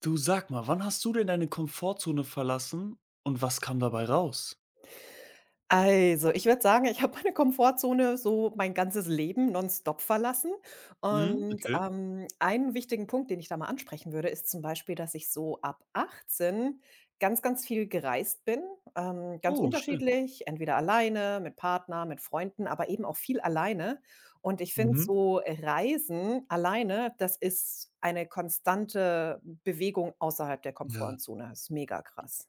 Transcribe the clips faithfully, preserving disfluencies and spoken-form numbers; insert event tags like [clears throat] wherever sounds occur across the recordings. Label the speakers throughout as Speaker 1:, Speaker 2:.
Speaker 1: Du, sag mal, wann hast du denn deine Komfortzone verlassen und was kam dabei raus?
Speaker 2: Also, ich würde sagen, ich habe meine Komfortzone so mein ganzes Leben nonstop verlassen.
Speaker 1: Mhm,
Speaker 2: Und,
Speaker 1: okay.
Speaker 2: ähm, einen wichtigen Punkt, den ich da mal ansprechen würde, ist zum Beispiel, dass ich so ab achtzehn ganz, ganz viel gereist bin, ähm, ganz
Speaker 1: Oh, schön.
Speaker 2: unterschiedlich, entweder alleine, mit Partner, mit Freunden, aber eben auch viel alleine. Und ich finde
Speaker 1: Mhm.
Speaker 2: so Reisen alleine, das ist eine konstante Bewegung außerhalb der
Speaker 1: Ja.
Speaker 2: Komfortzone. Das ist mega krass.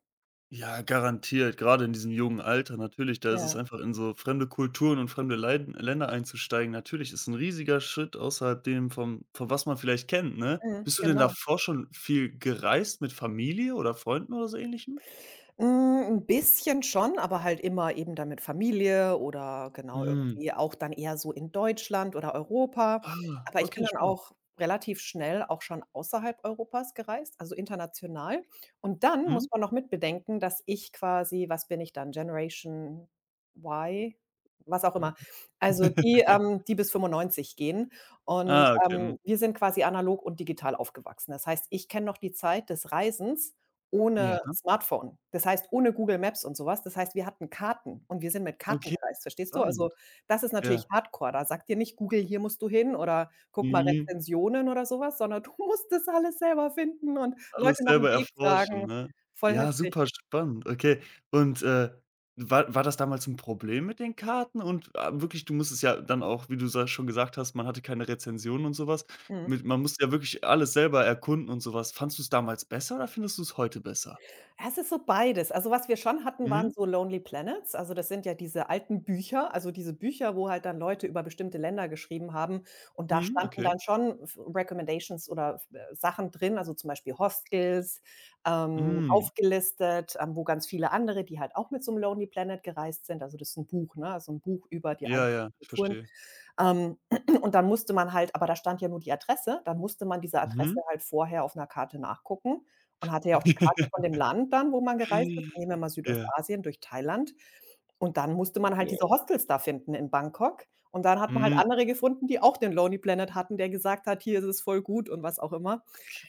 Speaker 1: Ja, garantiert. Gerade in diesem jungen Alter, natürlich, da ist es
Speaker 2: Ja,
Speaker 1: einfach in so fremde Kulturen und fremde Leiden Länder einzusteigen. Natürlich ist ein riesiger Schritt außerhalb dem vom von was man vielleicht kennt, ne?
Speaker 2: mhm,
Speaker 1: Bist du denn
Speaker 2: genau.
Speaker 1: davor schon viel gereist mit Familie oder Freunden oder so Ähnlichem?
Speaker 2: Hm, 'n bisschen schon, aber halt immer eben dann mit Familie oder genau
Speaker 1: Mhm.
Speaker 2: irgendwie auch dann eher so in Deutschland oder Europa.
Speaker 1: Ah,
Speaker 2: Aber ich bin
Speaker 1: okay,
Speaker 2: dann
Speaker 1: spannend.
Speaker 2: auch relativ schnell auch schon außerhalb Europas gereist, also international. Und dann
Speaker 1: Mhm.
Speaker 2: muss man noch mitbedenken, dass ich quasi, was bin ich dann, Generation Y, was auch immer. Also die,
Speaker 1: [laughs]
Speaker 2: ähm die bis fünfundneunzig gehen. Und,
Speaker 1: Ah, okay, mhm.
Speaker 2: ähm, wir sind quasi analog und digital aufgewachsen. Das heißt, ich kenne noch die Zeit des Reisens
Speaker 1: Ja,
Speaker 2: ohne Smartphone. Das heißt, ohne Google Maps und so was. Das heißt, wir hatten Karten und wir sind mit Karten
Speaker 1: okay,
Speaker 2: gereist, verstehst du? Also,
Speaker 1: interessant.
Speaker 2: das ist natürlich
Speaker 1: Ja.
Speaker 2: hardcore. Da sagt dir nicht Google: „Hier musst du hin“ oder „Guck mal
Speaker 1: Mhm.
Speaker 2: Rezensionen“ oder so was, sondern [laughs] du musst das alles selber finden und
Speaker 1: Alles
Speaker 2: Leute nach 'm
Speaker 1: selber
Speaker 2: Weg
Speaker 1: erforschen,
Speaker 2: fragen.
Speaker 1: ne?
Speaker 2: Voll
Speaker 1: Ja,
Speaker 2: heftig.
Speaker 1: super spannend, okay. Und, äh, war war das damals ein Problem mit den Karten? Und, ah, wirklich, du musstest ja dann auch, wie du sa schon gesagt hast, man hatte keine Rezensionen und sowas.
Speaker 2: Mhm.
Speaker 1: Mit Man musste ja wirklich alles selber erkunden und sowas. Was. Du es damals besser oder findest du es heute besser?
Speaker 2: Ja, es ist so beides. Also, was wir schon hatten, mhm, waren
Speaker 1: Mhm,
Speaker 2: so Lonely Planets. Also, das sind ja diese alten Bücher, also diese Bücher, wo halt dann Leute über bestimmte Länder geschrieben haben. Und da
Speaker 1: mhm,
Speaker 2: standen
Speaker 1: okay.
Speaker 2: dann schon F Recommendations oder F äh, Sachen drin, also zum Beispiel Hostels, ähm,
Speaker 1: Hm,
Speaker 2: aufgelistet, ähm, wo ganz viele andere, die halt auch mit so einem Lonely Planet gereist sind. Also, das ist ein Buch, ne? Also ein Buch über die einzelnen
Speaker 1: ja, ja, ich
Speaker 2: Kulturen.
Speaker 1: verstehe.
Speaker 2: Ähm, [clears throat] und dann musste man halt, aber da stand ja nur die Adresse, dann musste man diese Adresse
Speaker 1: Mhm.
Speaker 2: halt vorher auf einer Karte nachgucken, man hatte ja auch die Karte von
Speaker 1: [laughs]
Speaker 2: dem Land dann, wo man gereist ist. Nehmen wir mal
Speaker 1: Ja.
Speaker 2: Südostasien, durch Thailand. Und dann musste man halt diese
Speaker 1: Wow.
Speaker 2: Hostels da finden in Bangkok. Und dann hat man halt
Speaker 1: Mhm.
Speaker 2: andere gefunden, die auch den Lonely Planet hatten, der gesagt hat: „Hier ist es voll gut“ und was auch immer.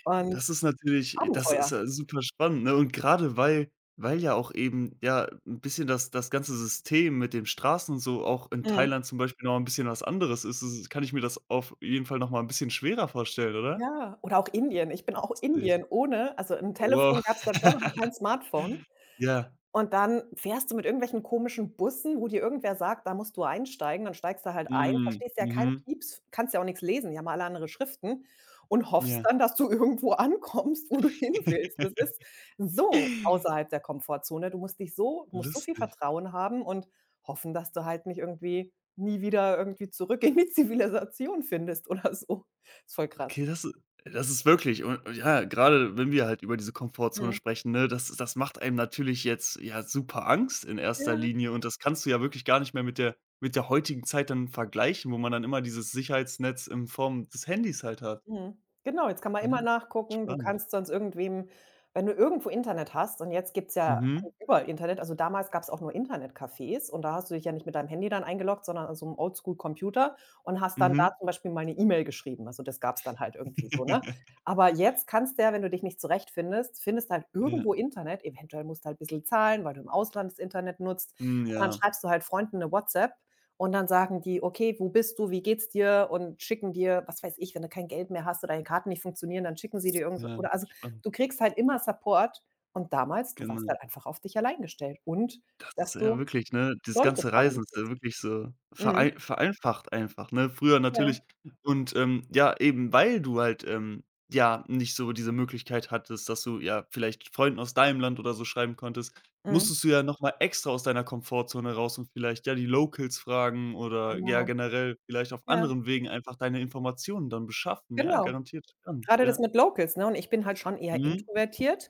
Speaker 2: Und
Speaker 1: Das ist natürlich das ist
Speaker 2: Abenteuer.
Speaker 1: ja super spannend, ne? Und gerade weil weil ja auch eben, ja, ein bisschen das das ganze System mit den Straßen und so auch in
Speaker 2: Mhm.
Speaker 1: Thailand zum Beispiel noch ein bisschen was anderes ist, ist kann ich mir das auf jeden Fall noch mal 'n bisschen schwerer vorstellen, oder?
Speaker 2: Ja, oder auch Indien. Ich bin auch
Speaker 1: Lustig.
Speaker 2: Indien ohne, also 'n
Speaker 1: Wow.
Speaker 2: Telefon gab's da schon, aber kein
Speaker 1: [laughs]
Speaker 2: Smartphone.
Speaker 1: Ja.
Speaker 2: Und dann fährst du mit irgendwelchen komischen Bussen, wo dir irgendwer sagt: „Da musst du einsteigen.“ Dann steigst du halt ein,
Speaker 1: Mhm.
Speaker 2: verstehst ja keinen
Speaker 1: Mhm.
Speaker 2: Pieps, kannst ja auch nichts lesen, die haben alle andere Schriften und hoffst
Speaker 1: Ja.
Speaker 2: dann, dass du [laughs] irgendwo ankommst, wo du hin willst. Das
Speaker 1: [laughs]
Speaker 2: ist so außerhalb der Komfortzone. Du musst dich so du musst so viel
Speaker 1: Lustig.
Speaker 2: Vertrauen haben und hoffen, dass du halt nicht irgendwie nie wieder irgendwie zurück in die [laughs] Zivilisation findest oder so. Ist voll krass.
Speaker 1: Okay, das das ist wirklich. Und ja, gerade wenn wir halt über diese Komfortzone
Speaker 2: Mhm.
Speaker 1: sprechen, ne, das das macht einem natürlich jetzt, ja, super Angst in erster
Speaker 2: Ja.
Speaker 1: Linie, und das kannst du ja wirklich gar nicht mehr mit der mit der heutigen Zeit dann vergleichen, wo man dann immer dieses Sicherheitsnetz in Form des Handys halt hat.
Speaker 2: Mhm. Genau, jetzt kann man
Speaker 1: Ja,
Speaker 2: immer nachgucken. Du
Speaker 1: spannend.
Speaker 2: kannst sonst irgendwem, wenn du irgendwo Internet hast, und jetzt gibt's ja
Speaker 1: Mhm,
Speaker 2: überall Internet, also damals gab's auch nur Internetcafés und da hast du dich ja nicht mit deinem Handy dann eingeloggt, sondern an so einem Oldschool-Computer und hast dann da
Speaker 1: mhm.
Speaker 2: zum Beispiel mal eine E-Mail geschrieben. Also, das gab's dann halt irgendwie so, ne?
Speaker 1: [laughs]
Speaker 2: Aber jetzt kannst du ja, wenn du dich nicht zurechtfindest findest halt
Speaker 1: Ja.
Speaker 2: irgendwo Internet, eventuell musst du halt ein bissel zahlen, weil du im Ausland das Internet nutzt.
Speaker 1: Hm,
Speaker 2: Und dann
Speaker 1: ja,
Speaker 2: schreibst du halt Freunden eine WhatsApp und dann sagen die: „Okay, wo bist du? Wie geht's dir?“ und schicken dir, was weiß ich, wenn du kein Geld mehr hast oder deine Karten nicht funktionieren, dann schicken sie dir irgendwas,
Speaker 1: ja,
Speaker 2: oder also,
Speaker 1: spannend,
Speaker 2: du kriegst halt immer Support, und damals, du warst
Speaker 1: genau.
Speaker 2: halt einfach auf dich allein gestellt und
Speaker 1: Das ist
Speaker 2: dass
Speaker 1: ja
Speaker 2: du
Speaker 1: wirklich, ne, dieses
Speaker 2: Leute
Speaker 1: ganze
Speaker 2: fragen
Speaker 1: Reisen ist ja
Speaker 2: musstest.
Speaker 1: wirklich so
Speaker 2: Mhm.
Speaker 1: verei vereinfacht einfach, ne? Früher
Speaker 2: Ja.
Speaker 1: natürlich und, ähm, ja, eben weil du halt, ähm, ja, nicht so diese Möglichkeit hattest, dass du, ja, vielleicht Freunden aus deinem Land oder so schreiben konntest,
Speaker 2: Mhm.
Speaker 1: musstest du ja noch mal extra aus deiner Komfortzone raus und vielleicht, ja, die Locals fragen oder, ja,
Speaker 2: Genau.
Speaker 1: generell vielleicht auf
Speaker 2: Ja,
Speaker 1: anderen Wegen einfach deine Informationen dann beschaffen. Ja,
Speaker 2: genau.
Speaker 1: garantiert spannend,
Speaker 2: Gerade das
Speaker 1: ja.
Speaker 2: mit Locals, ne? Und ich bin halt schon eher
Speaker 1: Mhm.
Speaker 2: introvertiert.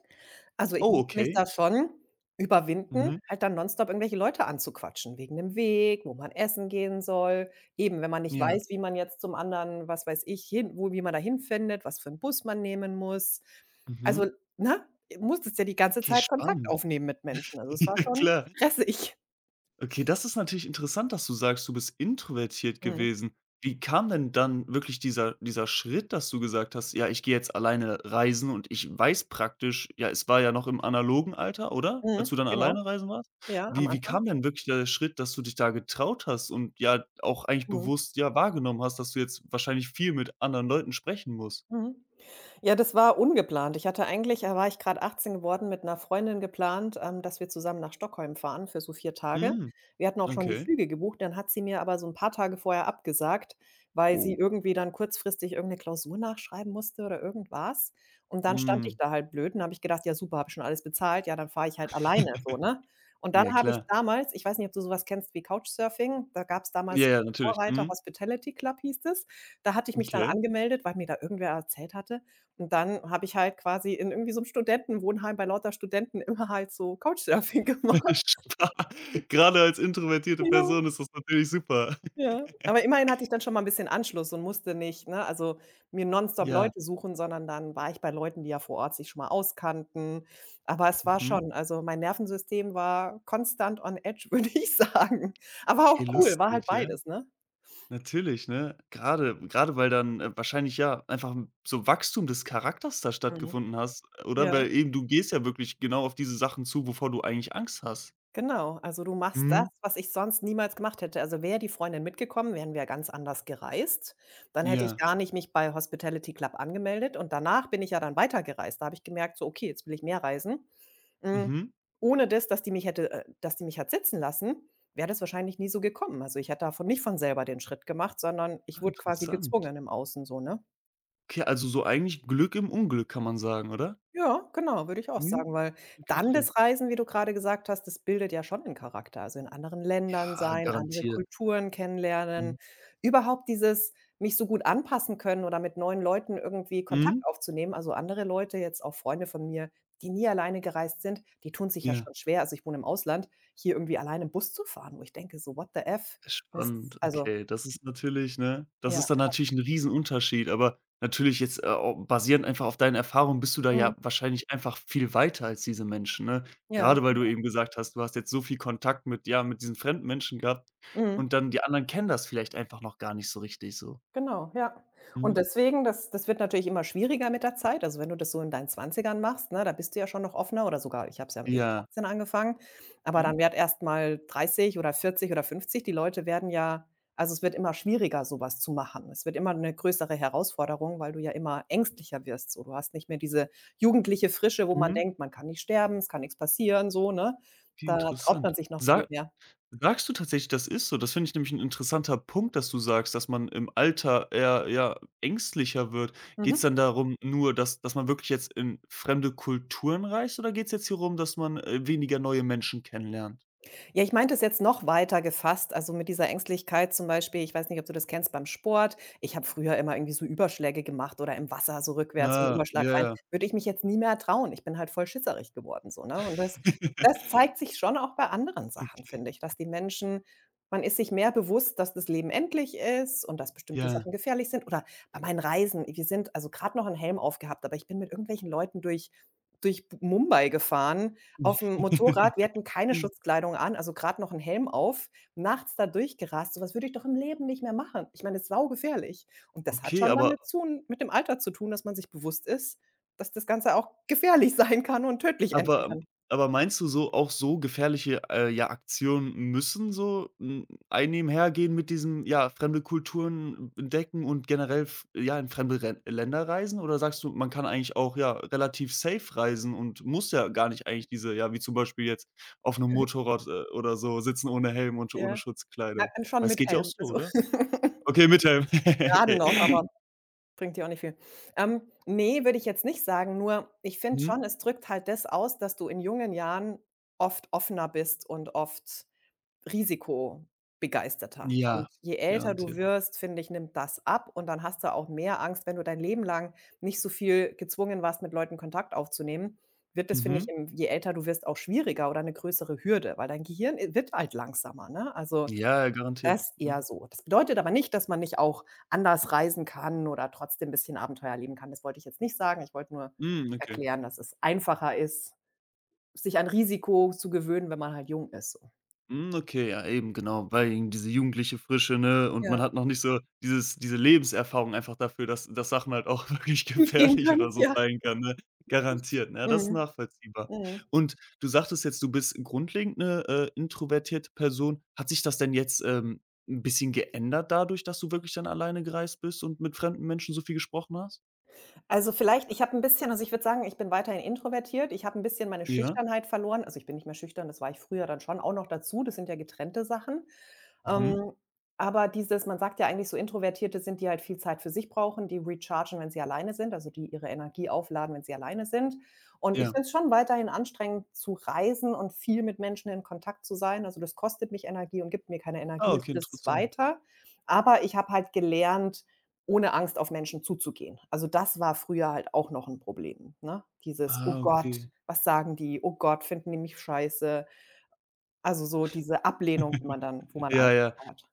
Speaker 2: Also, ich
Speaker 1: Oh,
Speaker 2: muss mich
Speaker 1: okay.
Speaker 2: da schon überwinden,
Speaker 1: Mhm.
Speaker 2: halt dann nonstop irgendwelche Leute anzuquatschen wegen dem Weg, wo man essen gehen soll. Eben, wenn man nicht
Speaker 1: Ja.
Speaker 2: weiß, wie man jetzt zum anderen, was weiß ich, hin wo wie man da hinfindet, was für 'n Bus man nehmen muss.
Speaker 1: Mhm.
Speaker 2: Also, ne, musstest ja die ganze
Speaker 1: Okay,
Speaker 2: Zeit Kontakt
Speaker 1: spannend.
Speaker 2: aufnehmen mit Menschen.
Speaker 1: [laughs]
Speaker 2: Also, es war
Speaker 1: Ja,
Speaker 2: schon
Speaker 1: klar.
Speaker 2: stressig.
Speaker 1: Okay, das ist natürlich interessant, dass du sagst, du bist introvertiert
Speaker 2: Mhm.
Speaker 1: gewesen. Wie kam denn dann wirklich dieser dieser Schritt, dass du gesagt hast: „Ja, ich gehe jetzt alleine reisen“, und ich weiß praktisch, ja, es war ja noch im analogen Alter, oder? Als
Speaker 2: Mhm.
Speaker 1: du dann
Speaker 2: Genau.
Speaker 1: alleine reisen warst?
Speaker 2: Ja, am
Speaker 1: Wie wie kam
Speaker 2: Anfang.
Speaker 1: denn wirklich der Schritt, dass du dich da getraut hast und ja auch eigentlich
Speaker 2: Mhm.
Speaker 1: bewusst, ja, wahrgenommen hast, dass du jetzt wahrscheinlich viel mit anderen Leuten sprechen musst?
Speaker 2: Mhm. Ja, das war ungeplant. Ich hatte eigentlich, da war ich gerade achtzehn geworden, mit einer Freundin geplant, ähm, dass wir zusammen nach Stockholm fahren für so vier Tage.
Speaker 1: Hm,
Speaker 2: Wir hatten auch schon die
Speaker 1: okay.
Speaker 2: Flüge gebucht, dann hat sie mir aber so ein paar Tage vorher abgesagt, weil sie
Speaker 1: Oh,
Speaker 2: irgendwie dann kurzfristig irgendeine Klausur nachschreiben musste oder irgendwas. Und dann stand ich
Speaker 1: mhm.
Speaker 2: da halt blöd und habe ich gedacht: „Ja super, habe ich schon alles bezahlt, ja, dann fahre ich halt alleine“, so, ne?
Speaker 1: [laughs]
Speaker 2: Und dann
Speaker 1: Ja,
Speaker 2: habe ich
Speaker 1: klar.
Speaker 2: damals, ich weiß nicht, ob du sowas kennst wie Couchsurfing, da gab es damals
Speaker 1: Ja,
Speaker 2: so 'n
Speaker 1: ja, natürlich.
Speaker 2: Vorreiter,
Speaker 1: Mhm,
Speaker 2: Hospitality Club hieß es. Da hatte ich mich dann
Speaker 1: okay.
Speaker 2: angemeldet, weil mir da irgendwer erzählt hatte, und dann habe ich halt quasi in irgendwie so 'nem Studentenwohnheim bei lauter Studenten [laughs] immer halt so Couchsurfing [laughs]
Speaker 1: [laughs]
Speaker 2: gemacht.
Speaker 1: Spa Gerade als introvertierte
Speaker 2: Ja,
Speaker 1: Person ist das natürlich super.
Speaker 2: ja. Aber immerhin hatte ich dann schon mal 'n bisschen Anschluss und musste nicht, ne, also mir nonstop
Speaker 1: Ja,
Speaker 2: Leute suchen, sondern dann war ich bei Leuten, die ja vor Ort sich schon mal auskannten. Aber es war
Speaker 1: mhm.
Speaker 2: schon, also mein Nervensystem war konstant on edge, [laughs] würde ich sagen. Aber
Speaker 1: Okay,
Speaker 2: auch cool, war halt
Speaker 1: lustig, ja.
Speaker 2: beides, ne?
Speaker 1: Natürlich, ne? Gerade gerade weil dann, äh, wahrscheinlich ja einfach so Wachstum des Charakters da
Speaker 2: Mhm.
Speaker 1: stattgefunden hast,
Speaker 2: Ja.
Speaker 1: oder? Weil eben du gehst ja wirklich genau auf diese Sachen zu, wovor du eigentlich Angst hast.
Speaker 2: Genau, also du machst das,
Speaker 1: Mhm.
Speaker 2: was ich sonst niemals gemacht hätte. Also wäre die Freundin mitgekommen, wären wir ganz anders gereist. Dann hätte ich
Speaker 1: Ja.
Speaker 2: gar nicht mich bei Hospitality Club angemeldet, und danach bin ich ja dann weitergereist. Da habe ich gemerkt, so okay, jetzt will ich mehr reisen. Hm,
Speaker 1: Mhm.
Speaker 2: ohne das, dass die mich hätte äh, dass die mich hat sitzen lassen, wäre das wahrscheinlich nie so gekommen. Also, ich hätte davon nicht von selber den Schritt gemacht, sondern ich
Speaker 1: Ah,
Speaker 2: wurde quasi
Speaker 1: interessant.
Speaker 2: gezwungen im Außen so, ne?
Speaker 1: Okay, also so eigentlich Glück im Unglück, kann man sagen, oder?
Speaker 2: Ja, genau, würde ich auch
Speaker 1: Mhm.
Speaker 2: sagen, weil
Speaker 1: Okay,
Speaker 2: dann
Speaker 1: schön.
Speaker 2: das Reisen, wie du grade gesagt hast, das bildet ja schon 'nen Charakter. Also, in anderen Ländern
Speaker 1: Ah,
Speaker 2: sein, andere
Speaker 1: garantiert.
Speaker 2: Kulturen kennenlernen,
Speaker 1: Mhm.
Speaker 2: überhaupt dieses mich so gut anpassen können oder mit neuen Leuten irgendwie Kontakt
Speaker 1: Mhm.
Speaker 2: aufzunehmen. Also, andere Leute, jetzt auch Freunde von mir, die nie alleine gereist sind, die tun sich ja
Speaker 1: Ja.
Speaker 2: schon schwer. Also, ich wohne im Ausland, hier irgendwie alleine im Bus zu fahren, wo ich denke so: „What the F?“ Das ist
Speaker 1: Spannend,
Speaker 2: also,
Speaker 1: okay. Das ist natürlich, ne, das
Speaker 2: ja,
Speaker 1: ist dann natürlich 'n Riesenunterschied, aber natürlich jetzt, äh, au basierend einfach auf deinen Erfahrungen bist du da
Speaker 2: mhm,
Speaker 1: ja wahrscheinlich einfach viel weiter als diese Menschen, ne?
Speaker 2: ja,
Speaker 1: Gerade weil du eben gesagt hast, du hast jetzt so viel Kontakt mit, ja, mit diesen fremden Menschen gehabt,
Speaker 2: mhm.
Speaker 1: und dann die anderen kennen das vielleicht einfach noch gar nicht so richtig so.
Speaker 2: Genau, ja. Und
Speaker 1: Mhm.
Speaker 2: deswegen, das das wird natürlich immer schwieriger mit der Zeit. Also, wenn du das so in deinen Zwanzigern machst, ne, da bist du ja schon noch offener, oder sogar, ich habe es ja eben mit
Speaker 1: Ja.
Speaker 2: achtzehn angefangen, aber dann
Speaker 1: Mhm.
Speaker 2: wird erst mal dreißig oder vierzig oder fünfzig. Die Leute werden ja, also, es wird immer schwieriger, sowas zu machen. Es wird immer eine größere Herausforderung, weil du ja immer ängstlicher wirst so. Du hast nicht mehr diese jugendliche Frische, wo man
Speaker 1: Mhm.
Speaker 2: denkt: „Man kann nicht sterben, es kann nichts passieren“, so, ne?
Speaker 1: Wie
Speaker 2: Da traut man
Speaker 1: interessant.
Speaker 2: sich noch viel
Speaker 1: sag
Speaker 2: mehr.
Speaker 1: Sagst du tatsächlich, das ist so? Das finde ich nämlich ein interessanter Punkt, dass du sagst, dass man im Alter eher, ja, ängstlicher wird. Geht es
Speaker 2: Mhm.
Speaker 1: dann darum nur, dass dass man wirklich jetzt in fremde Kulturen reist, oder geht es jetzt hier rum, dass man, äh, weniger neue Menschen kennenlernt?
Speaker 2: Ja, ich meinte es jetzt noch weiter gefasst, also mit dieser Ängstlichkeit zum Beispiel, ich weiß nicht, ob du das kennst beim Sport. Ich habe früher immer irgendwie so Überschläge gemacht oder im Wasser so rückwärts so 'n
Speaker 1: Ah, ja,
Speaker 2: Überschlag rein.
Speaker 1: ja.
Speaker 2: Würde ich mich jetzt nie mehr trauen. Ich bin halt voll schisserig geworden so, ne? Und das das zeigt
Speaker 1: [laughs]
Speaker 2: sich schon auch bei anderen Sachen,
Speaker 1: Okay,
Speaker 2: finde ich, dass die Menschen, man ist sich mehr bewusst, dass das Leben endlich ist und dass bestimmte
Speaker 1: ja.
Speaker 2: Sachen gefährlich sind. Oder bei meinen Reisen, wir sind, also grad noch 'n Helm aufgehabt, aber ich bin mit irgendwelchen Leuten durch durch B Mumbai gefahren, auf'm Motorrad, wir
Speaker 1: [laughs]
Speaker 2: hatten keine Schutzkleidung an, also grad noch 'n Helm auf, nachts da durchgerast. So was würde ich doch im Leben nicht mehr machen. Ich meine, das ist saugefährlich. Und das hat
Speaker 1: Okay.
Speaker 2: schon
Speaker 1: aber
Speaker 2: damit zu mit dem Alter zu tun, dass man sich bewusst ist, dass das Ganze auch gefährlich [laughs] sein kann und tödlich enden
Speaker 1: Aber ähm,
Speaker 2: kann.
Speaker 1: aber meinst du so auch so gefährliche, äh, ja, Aktionen müssen so, hm, einnebenhergehen mit diesem, ja, fremde Kulturen entdecken und generell f ja, in fremde Ren Länder reisen? Oder sagst du, man kann eigentlich auch, ja, relativ safe reisen und muss ja gar nicht eigentlich diese, ja, wie zum Beispiel jetzt auf 'nem Motorrad, äh, oder so sitzen ohne Helm und ohne
Speaker 2: Ja, na,
Speaker 1: Schutzkleidung?
Speaker 2: dann schon
Speaker 1: Weil es
Speaker 2: mit
Speaker 1: geht ja auch
Speaker 2: Helm,
Speaker 1: so,
Speaker 2: also
Speaker 1: oder?
Speaker 2: [laughs]
Speaker 1: Okay, mit Helm. [laughs]
Speaker 2: gerade noch,
Speaker 1: Okay.
Speaker 2: aber bringt dir auch nicht viel. Ähm, ne, würde ich jetzt nicht sagen, nur ich finde
Speaker 1: Mhm.
Speaker 2: schon, es drückt halt das aus, dass du in jungen Jahren oft offener bist und oft risikobegeisterter. Und
Speaker 1: Ja,
Speaker 2: je älter du
Speaker 1: garantiert.
Speaker 2: wirst, finde ich, nimmt das ab und dann hast du auch mehr Angst, wenn du dein Leben lang nicht so viel gezwungen warst, mit Leuten Kontakt aufzunehmen, wird das, finde ich,
Speaker 1: Mhm.
Speaker 2: im, je älter du wirst, auch schwieriger oder eine größere Hürde, weil dein Gehirn, äh, wird halt langsamer, ne? Also,
Speaker 1: Ja, garantiert.
Speaker 2: das eher
Speaker 1: Mhm.
Speaker 2: so. Das bedeutet aber nicht, dass man nicht auch anders reisen kann oder trotzdem ein bisschen Abenteuer erleben kann. Das wollte ich jetzt nicht sagen. Ich wollte nur
Speaker 1: Hm, okay.
Speaker 2: erklären, dass es einfacher ist, sich an Risiko zu gewöhnen, wenn man halt jung ist so.
Speaker 1: Hm, okay, ja eben, genau, weil eben diese jugendliche Frische, ne, und
Speaker 2: Ja,
Speaker 1: man hat noch nicht so dieses diese Lebenserfahrung einfach dafür, dass dass Sachen halt auch [laughs] wirklich
Speaker 2: schief gehen
Speaker 1: gefährlich
Speaker 2: können,
Speaker 1: oder so
Speaker 2: ja.
Speaker 1: sein kann, ne? Garantiert, ne? Ja. Das ist
Speaker 2: Mhm,
Speaker 1: nachvollziehbar.
Speaker 2: mhm.
Speaker 1: Und du sagtest jetzt, du bist grundlegend 'ne, äh, introvertierte Person. Hat sich das denn jetzt, ähm, 'n bisschen geändert dadurch, dass du wirklich dann alleine gereist bist und mit fremden Menschen so viel gesprochen hast?
Speaker 2: Also, vielleicht ich habe ein bisschen, also, ich würde sagen, ich bin weiterhin introvertiert. Ich habe ein bisschen meine
Speaker 1: Ja.
Speaker 2: Schüchternheit verloren. Also, ich bin nicht mehr schüchtern, das war ich früher dann schon auch noch dazu. Das sind ja getrennte Sachen.
Speaker 1: Mhm.
Speaker 2: Ähm, aber dieses, man sagt ja eigentlich, so Introvertierte sind, die halt viel Zeit für sich brauchen, die rechargen, wenn sie alleine sind, also die ihre Energie aufladen, wenn sie alleine sind. Und ich
Speaker 1: Ja.
Speaker 2: finde es schon weiterhin anstrengend zu reisen und viel mit Menschen in Kontakt zu sein. Also, das kostet mich Energie und gibt mir keine Energie,
Speaker 1: Ah,
Speaker 2: also
Speaker 1: okay,
Speaker 2: das ist
Speaker 1: interessant.
Speaker 2: weiter. Aber ich habe halt gelernt, ohne Angst auf Menschen zuzugehen. Also, das war früher halt auch noch ein Problem, ne? Dieses: „Oh
Speaker 1: Ah,
Speaker 2: Gott,
Speaker 1: okay.
Speaker 2: was sagen die? Oh Gott, finden die mich scheiße?“ Also, so diese Ablehnung, wo man dann, wo man
Speaker 1: Ja,
Speaker 2: Angst
Speaker 1: ja.
Speaker 2: davor hat.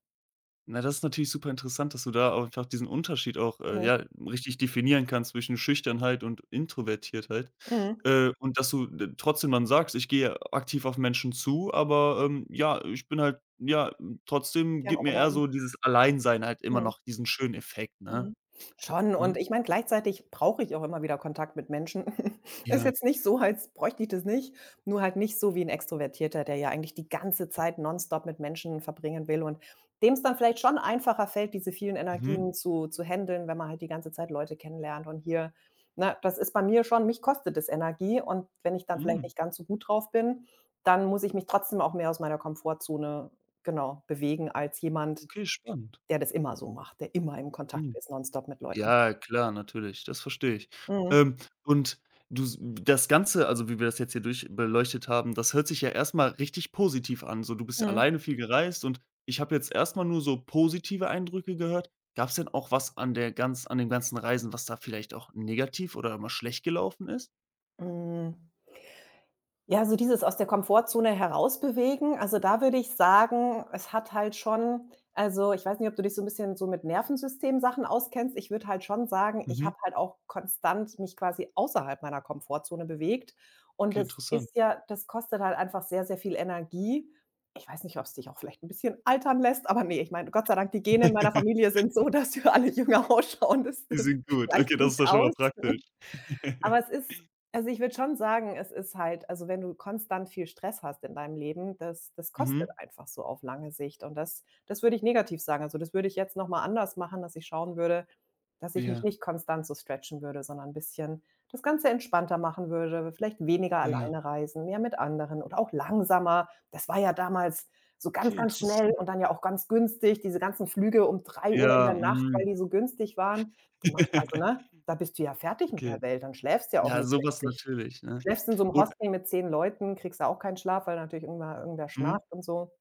Speaker 1: Na, das ist natürlich super interessant, dass du da auch einfach diesen Unterschied auch, äh,
Speaker 2: Mhm,
Speaker 1: ja, richtig definieren kannst zwischen Schüchternheit und Introvertiertheit.
Speaker 2: mhm.
Speaker 1: Äh, und dass du d trotzdem dann sagst: „Ich gehe aktiv auf Menschen zu, aber, ähm, ja, ich bin halt, ja, hm, trotzdem
Speaker 2: Gerne
Speaker 1: gibt
Speaker 2: auch
Speaker 1: mir eher
Speaker 2: allein.
Speaker 1: so dieses Alleinsein halt immer
Speaker 2: Mhm,
Speaker 1: noch diesen schönen Effekt“,
Speaker 2: mhm.
Speaker 1: ne?
Speaker 2: Schon, und
Speaker 1: Mhm.
Speaker 2: ich meine, gleichzeitig brauche ich auch immer wieder Kontakt mit Menschen. [laughs] Ist
Speaker 1: Ja.
Speaker 2: jetzt nicht so, als bräuchte ich das nicht, nur halt nicht so wie 'n Extrovertierter, der ja eigentlich die ganze Zeit nonstop mit Menschen verbringen will und dem's dann vielleicht schon einfacher fällt, diese vielen
Speaker 1: Mhm.
Speaker 2: Energien zu zu händeln, wenn man halt die ganze Zeit Leute kennenlernt und hier, ne, das ist bei mir schon, mich kostet es Energie, und wenn ich dann vielleicht
Speaker 1: Mhm.
Speaker 2: nicht ganz so gut drauf bin, dann muss ich mich trotzdem auch mehr aus meiner Komfortzone, genau, bewegen als jemand,
Speaker 1: Okay, spannend.
Speaker 2: der das immer so macht, der immer im Kontakt
Speaker 1: Mhm.
Speaker 2: ist, nonstop mit Leuten.
Speaker 1: Ja, klar, natürlich, das verstehe ich.
Speaker 2: Mhm.
Speaker 1: Ähm, und du s das Ganze, also, wie wir das jetzt hier durch beleuchtet haben, das hört sich ja erstmal richtig positiv an. So, du bist
Speaker 2: Mhm.
Speaker 1: alleine viel gereist und ich habe jetzt erstmal nur so positive Eindrücke gehört. Gab's denn auch was an der ganz an den ganzen Reisen, was da vielleicht auch negativ oder mal schlecht gelaufen ist?
Speaker 2: Hm. Ja, so dieses aus der Komfortzone herausbewegen. Also, da würde ich sagen, es hat halt schon, also, ich weiß nicht, ob du dich so ein bisschen so mit Nervensystemsachen auskennst. Ich würde halt schon sagen, ich
Speaker 1: Mhm,
Speaker 2: habe halt auch konstant mich quasi außerhalb meiner Komfortzone bewegt, und
Speaker 1: okay,
Speaker 2: das
Speaker 1: interessant.
Speaker 2: ist ja, das kostet halt einfach sehr, sehr viel Energie. Ich weiß nicht, ob es dich auch vielleicht ein bisschen altern lässt, aber nee, ich meine, Gott sei Dank, die Gene in meiner
Speaker 1: [laughs]
Speaker 2: Familie sind so, dass wir alle jünger [laughs] ausschauen. Das
Speaker 1: Die
Speaker 2: das
Speaker 1: sind gut.
Speaker 2: gleicht
Speaker 1: Okay, das
Speaker 2: nicht
Speaker 1: ist doch schon mal
Speaker 2: aus.
Speaker 1: praktisch.
Speaker 2: Aber
Speaker 1: [laughs]
Speaker 2: es ist, also, ich würde schon sagen, es ist halt, also, wenn du konstant viel Stress hast in deinem Leben, das das kostet
Speaker 1: Mhm,
Speaker 2: einfach so auf lange Sicht, und das das würde ich negativ sagen. Also, das würde ich jetzt noch mal anders machen, dass ich schauen würde, dass ich mich
Speaker 1: ja,
Speaker 2: nicht konstant so stretchen würde, sondern ein bisschen das Ganze entspannter machen würde, vielleicht weniger
Speaker 1: ja.
Speaker 2: alleine reisen, mehr mit anderen oder auch langsamer. Das war ja damals so ganz,
Speaker 1: Okay,
Speaker 2: ganz schnell
Speaker 1: interessant.
Speaker 2: und dann ja auch ganz günstig, diese ganzen Flüge um drei Uhr in
Speaker 1: Ja,
Speaker 2: der Nacht, weil
Speaker 1: mhm.
Speaker 2: die so günstig waren. Dann mach, also,
Speaker 1: [laughs]
Speaker 2: ne, da bist du ja fertig mit der
Speaker 1: Okay.
Speaker 2: Welt, dann schläfst du ja auch
Speaker 1: Ja,
Speaker 2: nicht
Speaker 1: sowas
Speaker 2: richtig.
Speaker 1: natürlich, ne?
Speaker 2: Schläfst in so 'm
Speaker 1: Und
Speaker 2: Hostel mit zehn Leuten, kriegst da auch keinen Schlaf, weil natürlich irgendwer irgendwer
Speaker 1: mhm.
Speaker 2: schnarcht und so.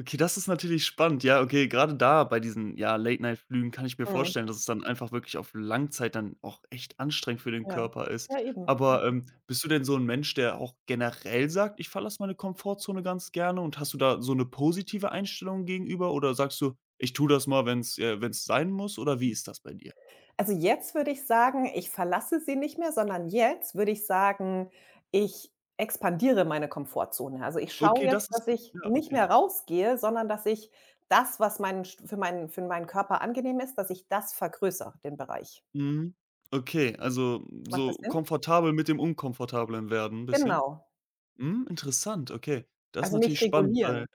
Speaker 1: Okay, das ist natürlich spannend. Ja, okay, gerade da bei diesen, ja, Late-Night-Flügen kann ich mir
Speaker 2: Mhm,
Speaker 1: vorstellen, dass es dann einfach wirklich auf Langzeit dann auch echt anstrengend für den
Speaker 2: ja.
Speaker 1: Körper ist.
Speaker 2: Ja, eben.
Speaker 1: Aber, ähm, bist du denn so 'n Mensch, der auch generell sagt: „Ich verlasse meine Komfortzone ganz gerne“? Und hast du da so 'ne positive Einstellung gegenüber, oder sagst du: „Ich tue das mal, wenn's äh, wenn's sein muss“? Oder wie ist das bei dir?
Speaker 2: Also, jetzt würde ich sagen, ich verlasse sie nicht mehr, sondern jetzt würde ich sagen, ich expandiere meine Komfortzone. Also, ich schaue
Speaker 1: Okay,
Speaker 2: jetzt,
Speaker 1: das
Speaker 2: dass
Speaker 1: ist
Speaker 2: ich
Speaker 1: ja,
Speaker 2: nicht
Speaker 1: okay.
Speaker 2: mehr rausgehe, sondern dass ich das, was meinen st für meinen für meinen Körper angenehm ist, dass ich das vergrößere, den Bereich.
Speaker 1: Mhm. Okay, also
Speaker 2: Macht das
Speaker 1: so
Speaker 2: Sinn?
Speaker 1: komfortabel mit dem Unkomfortablen werden bisschen?
Speaker 2: Genau.
Speaker 1: Hm, interessant, okay. Das ist
Speaker 2: Also, mich
Speaker 1: natürlich spannend, weil
Speaker 2: regulieren.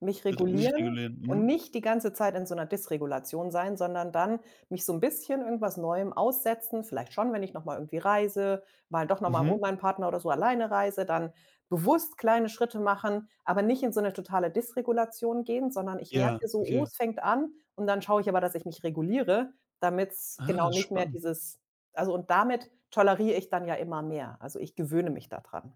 Speaker 2: Mich
Speaker 1: r nicht
Speaker 2: regulieren
Speaker 1: regulieren.
Speaker 2: und
Speaker 1: Mhm.
Speaker 2: nicht die ganze Zeit in so 'ner Dysregulation sein, sondern dann mich so 'n bisschen irgendwas Neuem aussetzen, vielleicht schon, wenn ich noch mal irgendwie reise, mal doch noch mal
Speaker 1: Mhm.
Speaker 2: ohne meinen Partner oder so alleine reise, dann bewusst kleine Schritte machen, aber nicht in so 'ne totale Dysregulation gehen, sondern ich
Speaker 1: Ja,
Speaker 2: merke so: „Oh,
Speaker 1: okay.
Speaker 2: es fängt an“, und dann schaue ich aber, dass ich mich reguliere, damit's
Speaker 1: Ah,
Speaker 2: genau nicht mehr
Speaker 1: spannend.
Speaker 2: dieses, also, und damit toleriere ich dann ja immer mehr. Also, ich gewöhne mich da dran.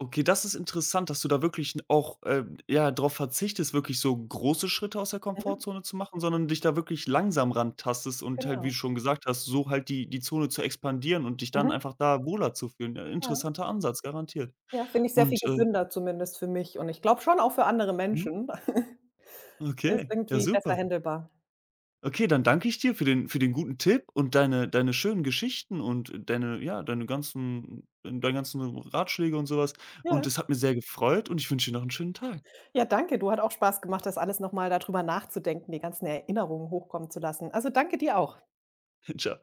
Speaker 1: Okay, das ist interessant, dass du da wirklich 'n auch, ähm, ja, drauf verzichtest, wirklich so große Schritte aus der
Speaker 2: Mhm.
Speaker 1: Komfortzone zu machen, sondern dich da wirklich langsam rantastest und halt, wie
Speaker 2: Genau.
Speaker 1: du schon gesagt hast, so halt die die Zone zu expandieren und dich dann
Speaker 2: Mhm.
Speaker 1: einfach da wohler zu fühlen. Ja,
Speaker 2: Ja.
Speaker 1: interessanter Ansatz, garantiert.
Speaker 2: Ja, finde ich sehr viel
Speaker 1: Und, äh
Speaker 2: gesünder, zumindest für mich, und ich glaube schon auch für andere
Speaker 1: mhm,
Speaker 2: Menschen. [laughs] Ist
Speaker 1: okay, ja,
Speaker 2: irgendwie besser
Speaker 1: super.
Speaker 2: händelbar.
Speaker 1: Okay, dann danke ich dir für den für den guten Tipp und deine deine schönen Geschichten und deine ja, deine ganzen deine ganzen Ratschläge und sowas. Und
Speaker 2: Ja.
Speaker 1: es hat mir sehr gefreut und ich wünsche dir noch einen schönen Tag.
Speaker 2: Ja, danke. Du, hat auch Spaß gemacht, das alles noch mal da drüber nachzudenken, die ganzen Erinnerungen hochkommen zu lassen. Also, danke dir auch.
Speaker 1: [laughs] Ciao.